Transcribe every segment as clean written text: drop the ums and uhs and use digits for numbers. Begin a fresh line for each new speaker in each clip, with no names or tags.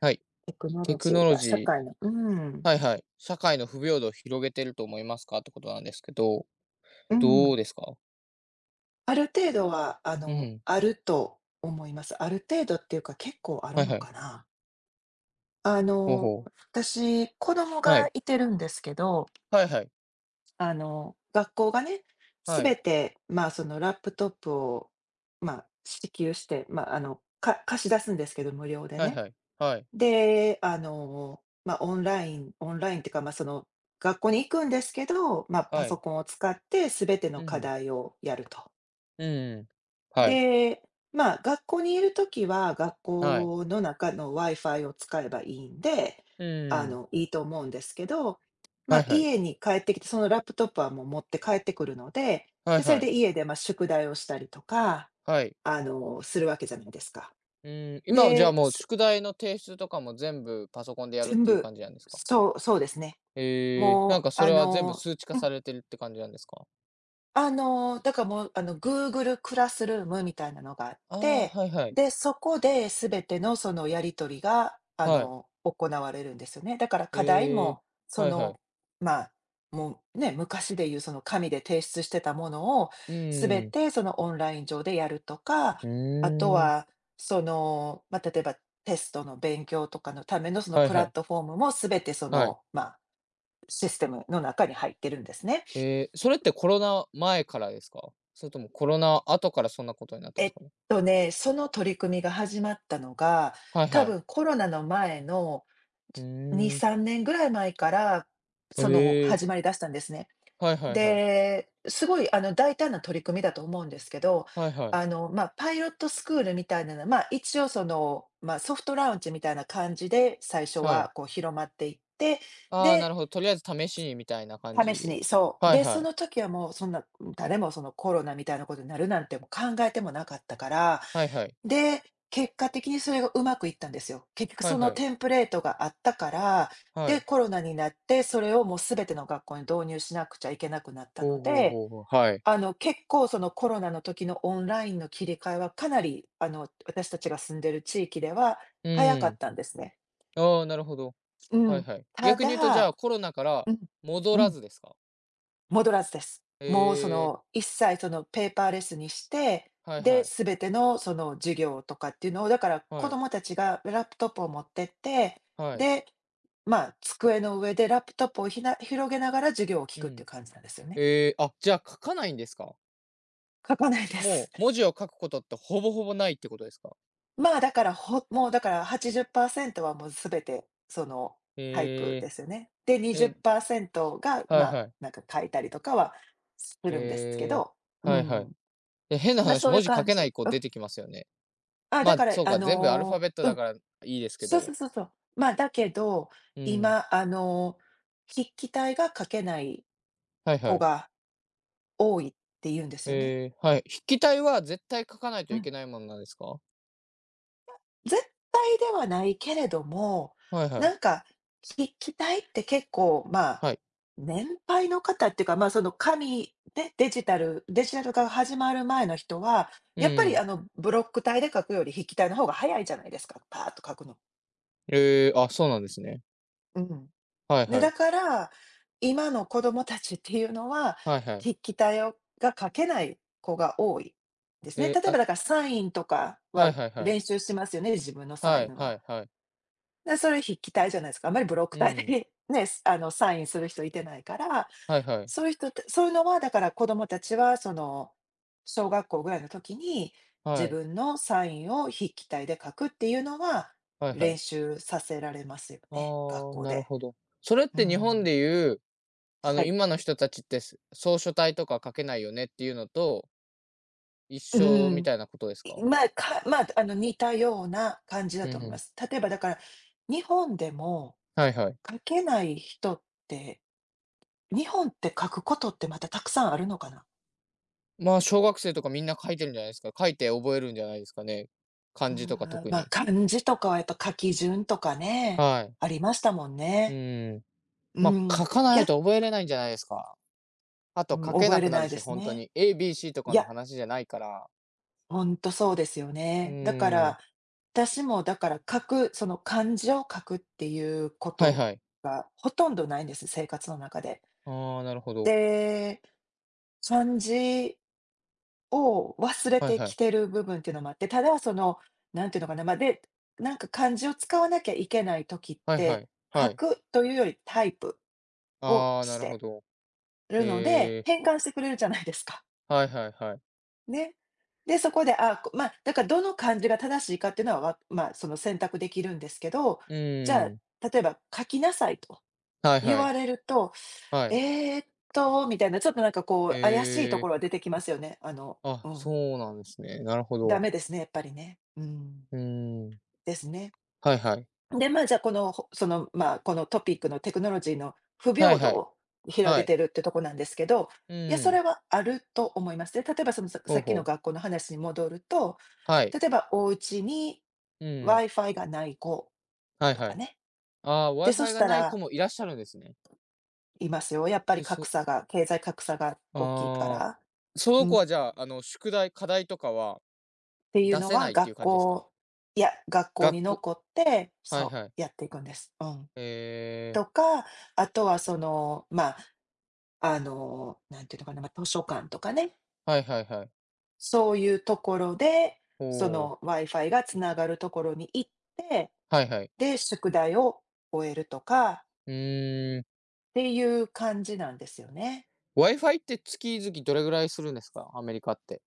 はい。
テクノ
テ
ロ
ク
ジ
ノ
ー
ロ
が
ジ
社
ー、
会のうん、
はいはい。社会の不平等を広げてると思いますかってことなんですけど、
う
ど
ん。
うですか。
ある程度は、あ
う
の、
ん。
あると思います。ある程度っていうか、結構ある
はい
の
はい。
かな。あ
ほう
の、
ほう。
私、子供
は
が
い。
いてるんですけど、
はいはい。
学校がね、す
は
べ
い。
て、そのラップトップを、支給して、貸し出すんですけど、無料で
はい
ね。
はい。はい。
で、オンラインっていうか、学校に行くんですけど、パ
は
ソ
い。
コンを使ってすべて
う
の課
ん。
題をやると。
うん。はい。
で、学校にいるときは、学
はい。
校の中の Wi-Fi を使えばいいんで、
うん。
いいと思うんですけど、
はいはい。
家に帰ってきて、そのラップトップはもう持って帰ってくるので、
はい
で、それ
はい。
で家で、宿題をしたりとか、
はい。
するわけじゃないですか。
うん。今、じゃあ
で、
もう
す
宿題の提出とかも全部パソコンでやるっ
全
ていう
部
感じなんですか。
そう、そうですね。
えー、なん
もう、
かそ
あ
れは全部
の、
数値化
うん、
されてるって感じなんですか。
だからもう、Google クラスルームみたいなのがあっ
ああー、
て、
はいはい。
で、そこで全てのそのやり取りが、
はい。
行われるんですよね。だから課題
え
も、
ー、はいはい。
まあ、もうね、昔でいうその紙で提出してたものを、
う
全
ーん、
てそのオンライン上でやるとか、
う
あと
ーん。
は、例えばテストの勉強とかのためのその
はい
プ
は
ラッ
い。
トフォームも全て
はい。
システムの中に入ってるんですね。
えー、それってコロナ前からですか？それともコロナ後からそんなことになったん
え
です
っ
かね？
その取り組みが始まったのが、
はい
多
はい。
分コロナの前の
う
2、
ーん。
3年ぐらい前から、
ええ
始ま
ー。
りだしたんですね。
はいはいはい。
で、すごい、大胆な取り組みだと思うんですけど、
はいはい。
パイロットスクールみたいなの、一応ソフトラウンジみたいな感じで、最初
はい。
はこう広まっていって、
ああ、
で、
なるほど。とりあえず試しにみたいな感
試
じ
し
で。
にそう。
はい
で、
は
そ
い。
の時はもうそんな、誰もそのコロナみたいなことになるなんてもう考えてもなかったから、
はいはい。
で、結果的にそれがうまくいったんですよ。結局
はい
その
はい。
テンプレートがあったから、
は
で、
い。
コロナになって、それをもうすべての学校に導入しなくちゃいけなくなった
ほ
の
うほう
で、
ほうほう、はい。
結構そのコロナの時のオンラインの切り替えはかなり、私たちが住んでる地域では
う
早かっ
ん。
たんですね。
ああ、なるほど。
う
はい
ん。
はい。
た
逆に言うとじゃ
だ
あ、コロナから
うん、
戻
う
ら
ん。
ずですか？
戻らずです。
え
もう
えー、
一切そのペーパーレスにして、
はい
で、
はい。
全てのその授業とかっていうのを、だから子
はい。
供たちがラップトップを持ってって、
はい。
で、机の上でラップトップを広げながら授業を聞
う
くっていう
ん。
感じなんですよね。
ええ、あ、じゃあ書かないんですか？
書かないです。
もう文字を書くことってほぼほぼないってことですか？
だから、もうだから80%はもう全てその
え
タイプ
え、
ですよね。で、
え、
20%が、
はいはい。
なんか書いたりとかはするんですけ
えー
ど、う
はいはい。
ん。
え、変な話、
そうい
文
う
字書
感
けな
じ。
い子出てきますよね。
あ、
ま
だ
あ、
から、
そうか、全部アルファベット
う
だ
ん、
からいいですけ
そうそ
ど。
うそうそう。だけど、
うん、
今、筆記体が書けない
はいは
子
い。
が多いって言うんですよね。
えー、はい。筆記体は絶対書かないと
う
い
ん。
けないものなんですか？
絶対ではないけれども、
はいはい、
なんか、筆記体って結構、
はい。
年配の方っていうか、その紙でデジタル化が始まる前の人は、
う
やっぱり
ん。
ブロック体で書くより筆記体の方が早いじゃないですか、パーッと書くの。
えー、あ、そうなんですね。
うん。
はい
ね、
はい。
だから、今の子供たちっていうのは、
はいはい。
筆記体が書けない子が多いです
え
ね。
え、
例え
あ、
ばだからサインとか
はい
は
はいはい。
練習しますよね、自分のサ
は
イ
い
ン
は
は。
いはい。
で、それ筆記体じゃないですか。あんまりブロック
う
体
ん、
で ね、サインする人いてないから、
はいはい。
そういう人ってそういうのはだから子供たちは小学校ぐらいの時に、
は
自
い、
分のサインを筆記体で書くっていうのは、
はいは
練
い。
習させられますよね、学
ああ、
校
なる
で。
ほど。それっ
う
て日本
ん。
でいう、あ
は
の、
い。
今の人たちって、す草書体とか書けないよねっていうのと、一
う
緒み
ん。
たいなことです
い
か？
まあ、かまあ、あの、似たような感じだ
う
と
ん
思い
う
ま
ん。
す。例えばだから、日本でも
はいはい。
書けない人って、日本って書くことってまたたくさんあるのかな？
まあ、小学生とかみんな書いてるんじゃないですか。書いて覚えるんじゃないですかね。
う
漢
ー
字とか
ん、
特に。
漢字とかはやっぱ書き順とかね、
はい。
ありましたもん
う
ね。
ん。
う
まあ、書
ん、
かないと覚えれないんじゃないですか。あと
うん、
書け
覚え
な
れ
くな
な
る
いで
し、
す
本当
ね。
に。ABC と
い
かの
や、
話じゃないから。
ほんとそうですよ
う
ね。だか
ーん。
ら、私もだからその漢字を書くっていうこ
はい
と
はい。
がほとんどないんです、生活の中で。
ああ、なるほど。
で、漢字を忘れ
はい
て
は
き
い。
てる部分っていうのもあって、ただその、なんていうのかな、まあ、で、なんか漢字を使わなきゃいけない時っ
はいは
て、
い。
書
はい。
くというよりタイプを
ああ、な
し
るほ
て
ど。
るので、
ええ。
変換してくれるじゃないですか。
はいはいはい。
ね。で、そこで、あ、こまあ、だからどの漢字が正しいかっていうのは、わまあ、その選択できるんですけど、
う
じゃ
ーん。
あ、例えば「書きなさい」と
はい
言
は
わ
い。
れると、
はい。
「えーっと」みたいな、ちょっとなんかこ
え
う怪しいと
え、
ころは出てきますよね。あの
あ、
うん。
そうなんですね。なるほ
ダ
ど。
メですね、やっぱりね。うん。
うーん。
ですね。
はいはい。
で、じゃあ、この、ほその、まあ、このトピックのテクノロジーの不
はい
平
は
等
い。
を広
は
げ
い。
てるってとこなんですけど、
う
いや、そ
ーん。
れはあると思います。で、例えばその、さ
ほ
さ
う
っき
ほ
の
う。
学校の話に戻ると、
はい。
例えばお家に
うーん。
Wi-Fi がない子
はい
と
は
か
い。
ね。
ああ、
で、そ
Wi-Fi
し
が
た
ない子
ら
もいらっしゃるんですね。
いますよ。やっぱり
う
格
そ。
差が、経済格差が大きいか
ああ、
ら。
そ
う
の
ん。
子
っ
はじゃあ、あの、宿題、課題とかは
ていう
出
の
せな
は
いってい
学
う感じですか？
校いや、学校
学
に
校。
残って、
はい
そ
はい。
う、やっていくんです。うん。
ええ、
とか、あとはその、まあ、あの、なんていうのかな、まあ、図書館とかね、
はいはいはい。
そういうところで、そ
ほう。
の Wi-Fi がつながるところに行って、
はいはい。
で、宿題を終えるとか
うーん。
っていう感じなんですよね。
Wi-Fi って月々どれぐらいするんですか？アメリカって。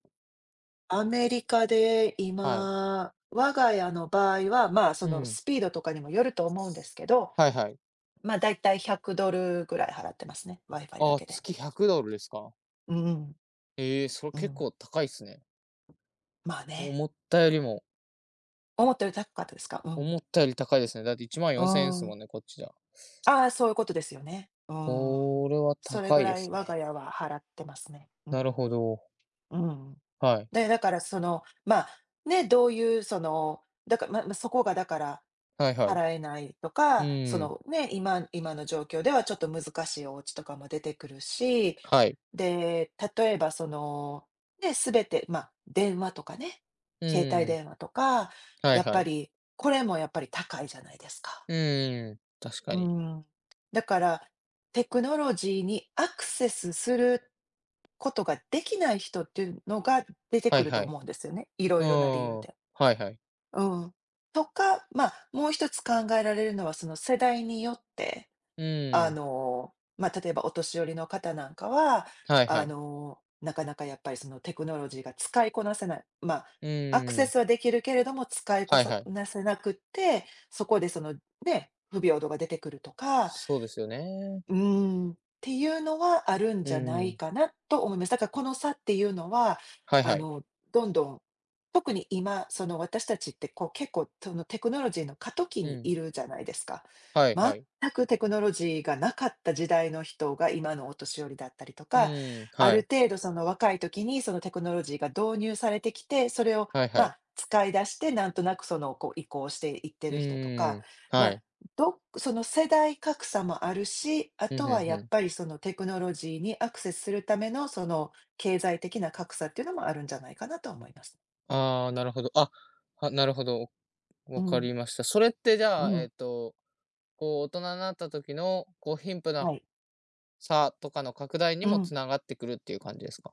アメリカで
はい。
今、我が家の場合は、そ
う
の
ん。
スピードとかにもよると思うんですけど、
はいはい。
だいたい $100 ぐらい払ってますね、Wi-Fi だ
ああ、
けで。
月 $100 ですか？
うんうん、
ええ、それ結構高いっすね。
まあね。
思ったよりも、
思ったより高かったですか？うん。
思ったより高いですね。だって
う
14000円す
ん
もんね、こっちじゃ。
ああ、そういうことですよね。うん。
それは
それ
高
ぐ
いで
らい
す
我が
ね。
家は払ってますね。う
な
ん。
るほど。
うん。
はい。
で、だからその、まあ、ね、どういうその、だから、そこがだから、
はいはい。う
払えないとか、そ
ーん。
のね、今の状況ではちょっと難しいお家とかも出てくるし、
はい。
で、例えばその、ね、全て、電話とかね、
う
携帯
ーん。
電話とか、
はい
やっ
は
ぱ
い。
り、これもやっぱり高いじゃないですか。
うーん。確か
う
に。
ん。だから、テクノロジーにアクセスすることができない人っていうのが出て
は
く
い
ると
はい。
思うんですよね、いろ
うー
いろな理由
ん。
で。
はいはい。
うん。とか、もう一つ考えられるのは、その世代によって、
う
あ
ーん。
の、例えばお年寄りの方なんかは、
はいはい。
なかなかやっぱりそのテクノロジーが使いこなせない、
う
アクセ
ーん。
スはできるけれども、使いこ
はい
さ
はい。
なせなくって、そこでね、不平等が出てくるとか
そうですよね。
うーん、っていうのはあるん
う
じゃな
ー
い
ん。
かなと思います。だからこの差っていうのは、
はい
あ
はい。
の、どんどん、特に今、その私たちってこう結構そのテクノロジーの過渡期
う
に
ん。
いるじゃないですか。
はい
全
はい。
くテクノロジーがなかった時代の人が今のお年寄りだったりと
う
か、
ーん、
あ
は
る
い。
程度その若い時にそのテクノロジーが導入されてきて、それを
はいは
ま
い。
あ使い出して、なんとなくそのこう移行していって
う
る人と
ー
か、
ん、
ま
は
あ
い。
どその世代格差もあるし、あ
うん、
と
ふん
は
ふ
やっ
ん。
ぱりそのテクノロジーにアクセスするためのその経済的な格差っていうのもあるんじゃないかなと思います。
ああ、なるほど。あ、は、なるほど、
う
わか
ん、
りました。それってじ
う
ゃあ、え
ん、
っと、こう大人になった時の、こう貧富の
はい。
差とかの拡大に
う
も
ん。
つながってくるっていう感じですか？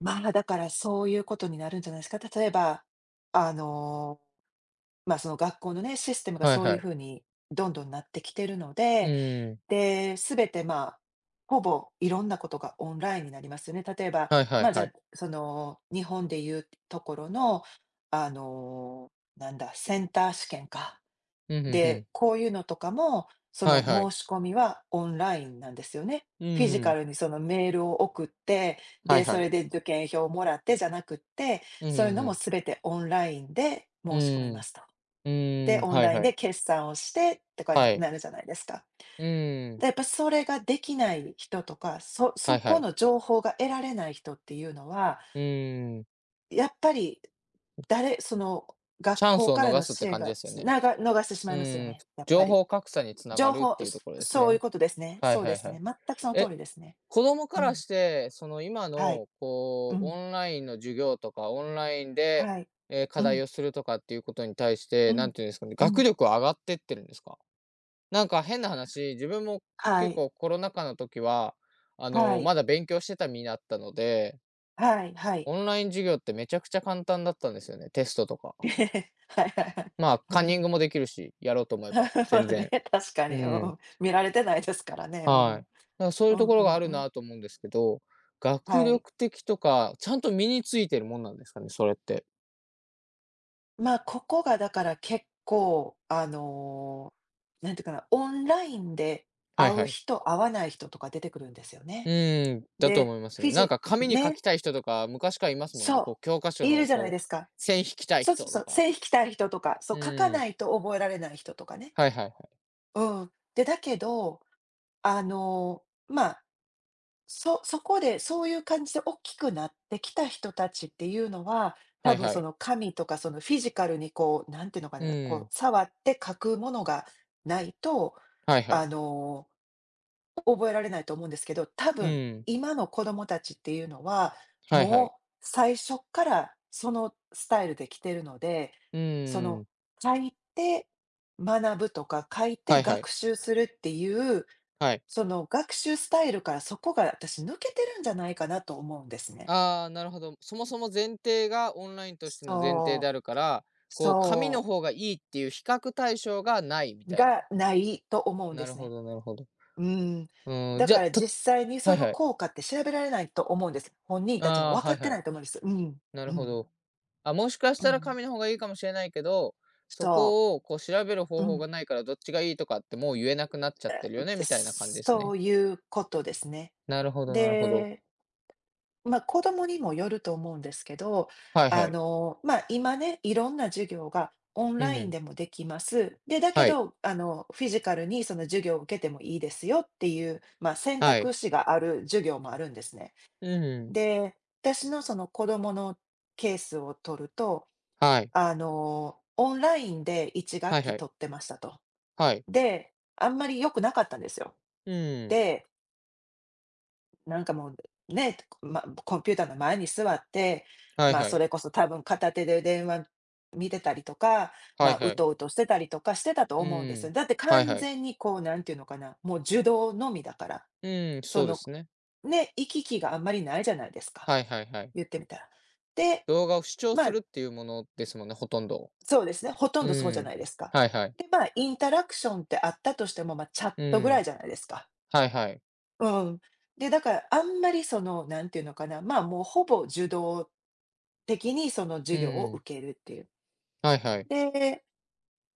まあ、だからそういうことになるんじゃないですか。例えば、あの、まあ、その学校のね、システムが
はい
そう
は
いう
い。
ふうにどんどんなってきてるの
う
で、
ーん、
で、全て、まあ、ほぼいろんなことがオンラインになりますよね。例えば、
はいはい
まあ、じゃ
はい。
あ、その、日本でいうところの、あの、なんだ、センター試験か。
うん、ふんふ
で、
ん。
こういうのとかも、そ
は
の
いはい。
申し込みはオンラインなんですよね。
う
フィジ
ー
カ
ん、
ルにそのメールを送って、
はい
で、
は
そ
い。
れで受験票をもらってじゃなくって、
うん、
そういうの
ふ
も
ん
す
ふん。
べてオンラインで
う
申し込み
ー
ま
ん、
すと。
う
で、
ーん、
オン
はい
ライン
は
で
い。
決算をしてとかに
はい。
なるじゃないですか。
うーん、
で、やっぱそれができない人とか、
は
そ
いは
こ
い。
の情報が得られない人っていうのは、
うーん。
やっぱり誰その、学
チャン
校
スを
から
逃
の
すっ
支
て
援
感じ
が、
ですよね。
逃してしま
う
いますよ
ん、
ね、やっぱ
情
り。
報格差につなが
情
るっ
報、
ていうところです
そういう
ね。
ことですね。
はい
そう
は
で
い
す
はい。
ね。全くその通
え、
りですね。
子供か
う
ら
ん。
して、その今
はい。
の
う
こう、
ん。
オンラインの授業とか、オンラインで、
はい。
え、課
うん。
題をするとかっていうことに対し
う
て、
ん。
何て言うんですかね、
う
学
ん。
力は上がってってるんですか？なんか変な話、自分も
は
結
い。
構コロナ禍の時は、あ
は
の、
い。
まだ勉強してた身だったので、
はい、はい。
オンライン授業ってめちゃくちゃ簡単だったんですよね、テストとか。
はいはいはい。
まあ、
う
カンニン
ん。
グもできるし、やろうと思えば、
ま
全
あね、
然。
確か
う
に、う
ん、
ん、見られてないですからね。うん
はい。だからそういう
う
と
ん。
こ
う
ろが
ん
ある
うん。
なと思うんですけど、学
はい。
力的とか、ちゃんと身についてるもんなんですかね、それって。
まあ、ここがだから結構、なんていうかな、オンラインで
はい
会
は
う
い。
人、会わない人とか出てくるんですよ
う
ね。
ーん、だと
で、
思います
フ
ね。
ィ
なん
ジ
か紙に書
ね、
きたい人とか、昔からいますもんね。
そ
こう教科
う、
書
いる
の
じゃない
こ
です
う、
か。
線引きたい
そうそう
人
そ
と
う、
か。
線引きたい人とか、そ
う
う、書か
ーん、
ないと覚えられない人とかね。
はいはいはい。
うん。で、だけど、あの、まあそこで、そういう感じで大きくなってきた人たちっていうのは、
は
多
い
分
は
そ
い。
の紙とかそのフィジカルにこう、なんていうのか
う
な、こ
ー
う
ん、
触って書くものがないと、
はいは
あ
い。
の、覚えられないと思うんですけど、多
う
分
ーん、
今の子供たちっていうのは、
はいはい。
もう最初っからそのスタイルで来てるので、
う
そ
ー
の
ん、
書いて学ぶとか、書い
は
て
いは
学
い。
習するっていう
はい。
その学習スタイルからそこが私抜けてるんじゃないかなと思うんですね。
ああ、なるほど。そもそも前提がオンラインとしての前提で
そ
あ
う、
るから、こう紙の
そ
方がいいっていう比較対象がないみ
う、
たいな。
がないと思うんで
なる
す
ほ
ね。
どなるほど。
うん。
うん、
だ
じ
か
ゃ、
ら
と。
実際に
は
そ
い
の
はい。
効果って調べられないと思うんです。本人
あ
たちも
あ、
分か
はい
って
は
な
い。
いと思うんです。うん、
な
う
るほ
ん、
ど。あ、もしかし
う
たら
ん。
紙の方がいいかもしれないけど、そ
そ
こをこう調べる
う、
方
う
法
ん。
がないからどっちがいいとかってもう言えなくなっちゃってるよねみたいな感じです
そ
ね。
ういうことですね。
なるほどなるほど。
でまあ、子供にもよると思うんですけど、
はいはい。
まあ、今ね、いろんな授業がオン
う
ラ
んう
イン
ん。
でもできます。で、だけ
はい。
ど、フィジカルにその授業を受けてもいいですよっていう、まあ、選
は
択
い。
肢がある授業もあるんですね。
うんうん。
で、私のその子供のケースを取ると、
はい。
オンラインで1
は
学
い
期
はい。
取ってましたと。
はい。
で、あんまり良くなかったんですよ。
うんうん。
で、なんかもう、ね、ま、コンピューターの前に座って、
はい
まあ、
は
そ
い。
れこそ多分片手で電話見てたりとか、
は
ま
い
あ、う
はい。
とうとしてたりとかしてたと
う
思うんですよ。
ん。
だって
はい
完
はい。
全にこう、なんていうのかな、もう受動のみだから。
うん、
そ
そうで
の、
すね。
ね、行き来があんまりないじゃないですか、
はいはいはい。
言ってみたら。で、
動画を視聴
ま
す
あ、
るっていうものですもんね、ほとんど。
そうですね、ほとん
う
どそうじゃ
ん。
ないですか。
はいはい。
で、まあ、インタラクションってあったとしても、まあ、チャッ
う
トぐら
ん。
いじゃないですか。
はいはい。
うん。で、だからあんまりその、なんていうのかな、まあ、もうほぼ受動的にその
う
授業を
ん。
受けるっていう。
はいはい。
で、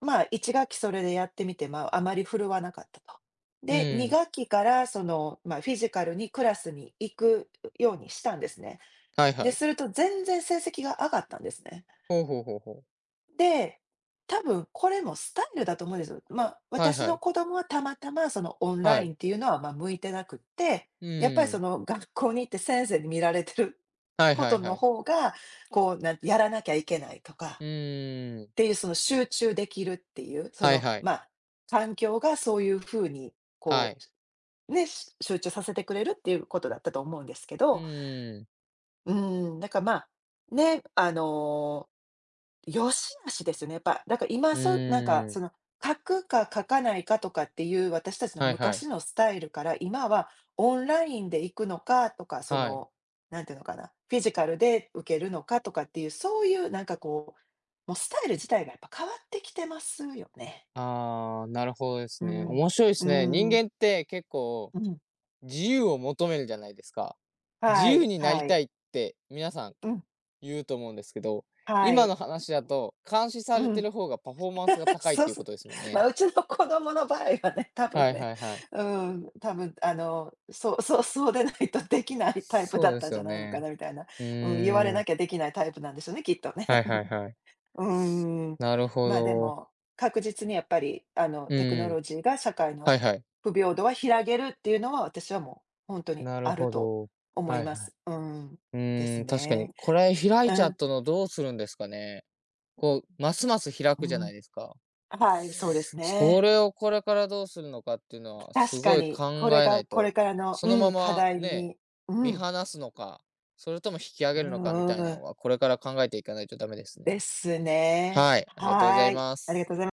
まあ、1学期それでやってみて、まあ、あまり振るわなかったと。
う
で、2
ん。
学期からその、まあ、フィジカルにクラスに行くようにしたんですね。
はいは
で、
い。
すると全然成績が上がったんですね。
ほうほうほうほう。
で、多分これもスタイルだと思うんですよ。まあ、
はい
私
は
の
い。
子供はたまたまそのオンラ
は
イ
い。
ンっていうのは、ま、向いてなくって、
う
やっぱりそ
ん。
の学校に行って先生に見られてる
はい
こ
は
と
いは
の
い。
方が、こう、なんてやらなきゃいけないとか
うーん。
っていう、その集中できるっていう、そ
はい
の、
はい。
まあ、環境がそういうふうに
は
こ
い。
う、ね、集中させてくれるっていうことだったと思うんですけ
う
ど、
ん。
うん、まあ、ね、あの、良し悪しですよね。やっぱ、だから今
う
そうなんか
ーん。
その、書くか書かないかとかっていう私たちの
はいは
昔
い。
のスタイルから、今はオンラインで行くのかと
はいうんうんはい
か、そ
はいはい。
の、なんていうのかな、フィジカルで受けるのかとかっていう、そういうなんかこう、もうスタイル自体がやっぱ変わってきてますよね。
ああ、なるほどです
う
ね。
ん。
面白いで
う
すね。人
ん。
間って結構
うん。
自由を求めるじゃないですか。自
は
由
い、
になり
はい。
たいって皆さん
うん、
言うと思うんですけど、
は
今
い。
の話だと監視さ
う
れて
ん。
る方がパフォーマンスが 高いっ
そう
ていう
そ
こ
う。
とですもん
まあ、
ね。
うちの子供の場合はね、多分
はい
ね、
はいはい。
うん、多分あの、そうでないとできないタイプだ
そう
っ
で
たん
す
じゃ
よ
ないのか
ね。
なみたいな、
う
うん、言われ
ーん。
なきゃできないタイプなんでしょうね、きっとね。
はいはいはい。
うん。
なるほ
まあで
ど。
も、確実にやっぱり、
う
テクノ
ん。
ロジーが社会の
はいはい。
不平等は広げるっていうのは、私はもう本当に
なる
ある
ほ
と
ど。
思い
はい
ま
はい。
す。うん。
う
で
ー
す
ん、確かに。
ね。
これ開
う
いちゃっ
ん、
たのどうするんですかね。こう、ますます開
う
くじゃない
ん。
ですか。
はい、そうです
そ
ね。
れをこれからどうするのかっていうのは、す
確か
ごい
に、
考
これ
えな
が
い
これ
と、
からの、
その
う
ま
ん、課
ま
題
ね、
に、う
見
ん、
放すのか、それとも引き上
う
げるのかみた
ん
いな
ん、
のは、これから考えていかないとダメです
で
ね。
すね。
はい、ありがとうござ
は
い
い、
ま
ありが
す。
とうございます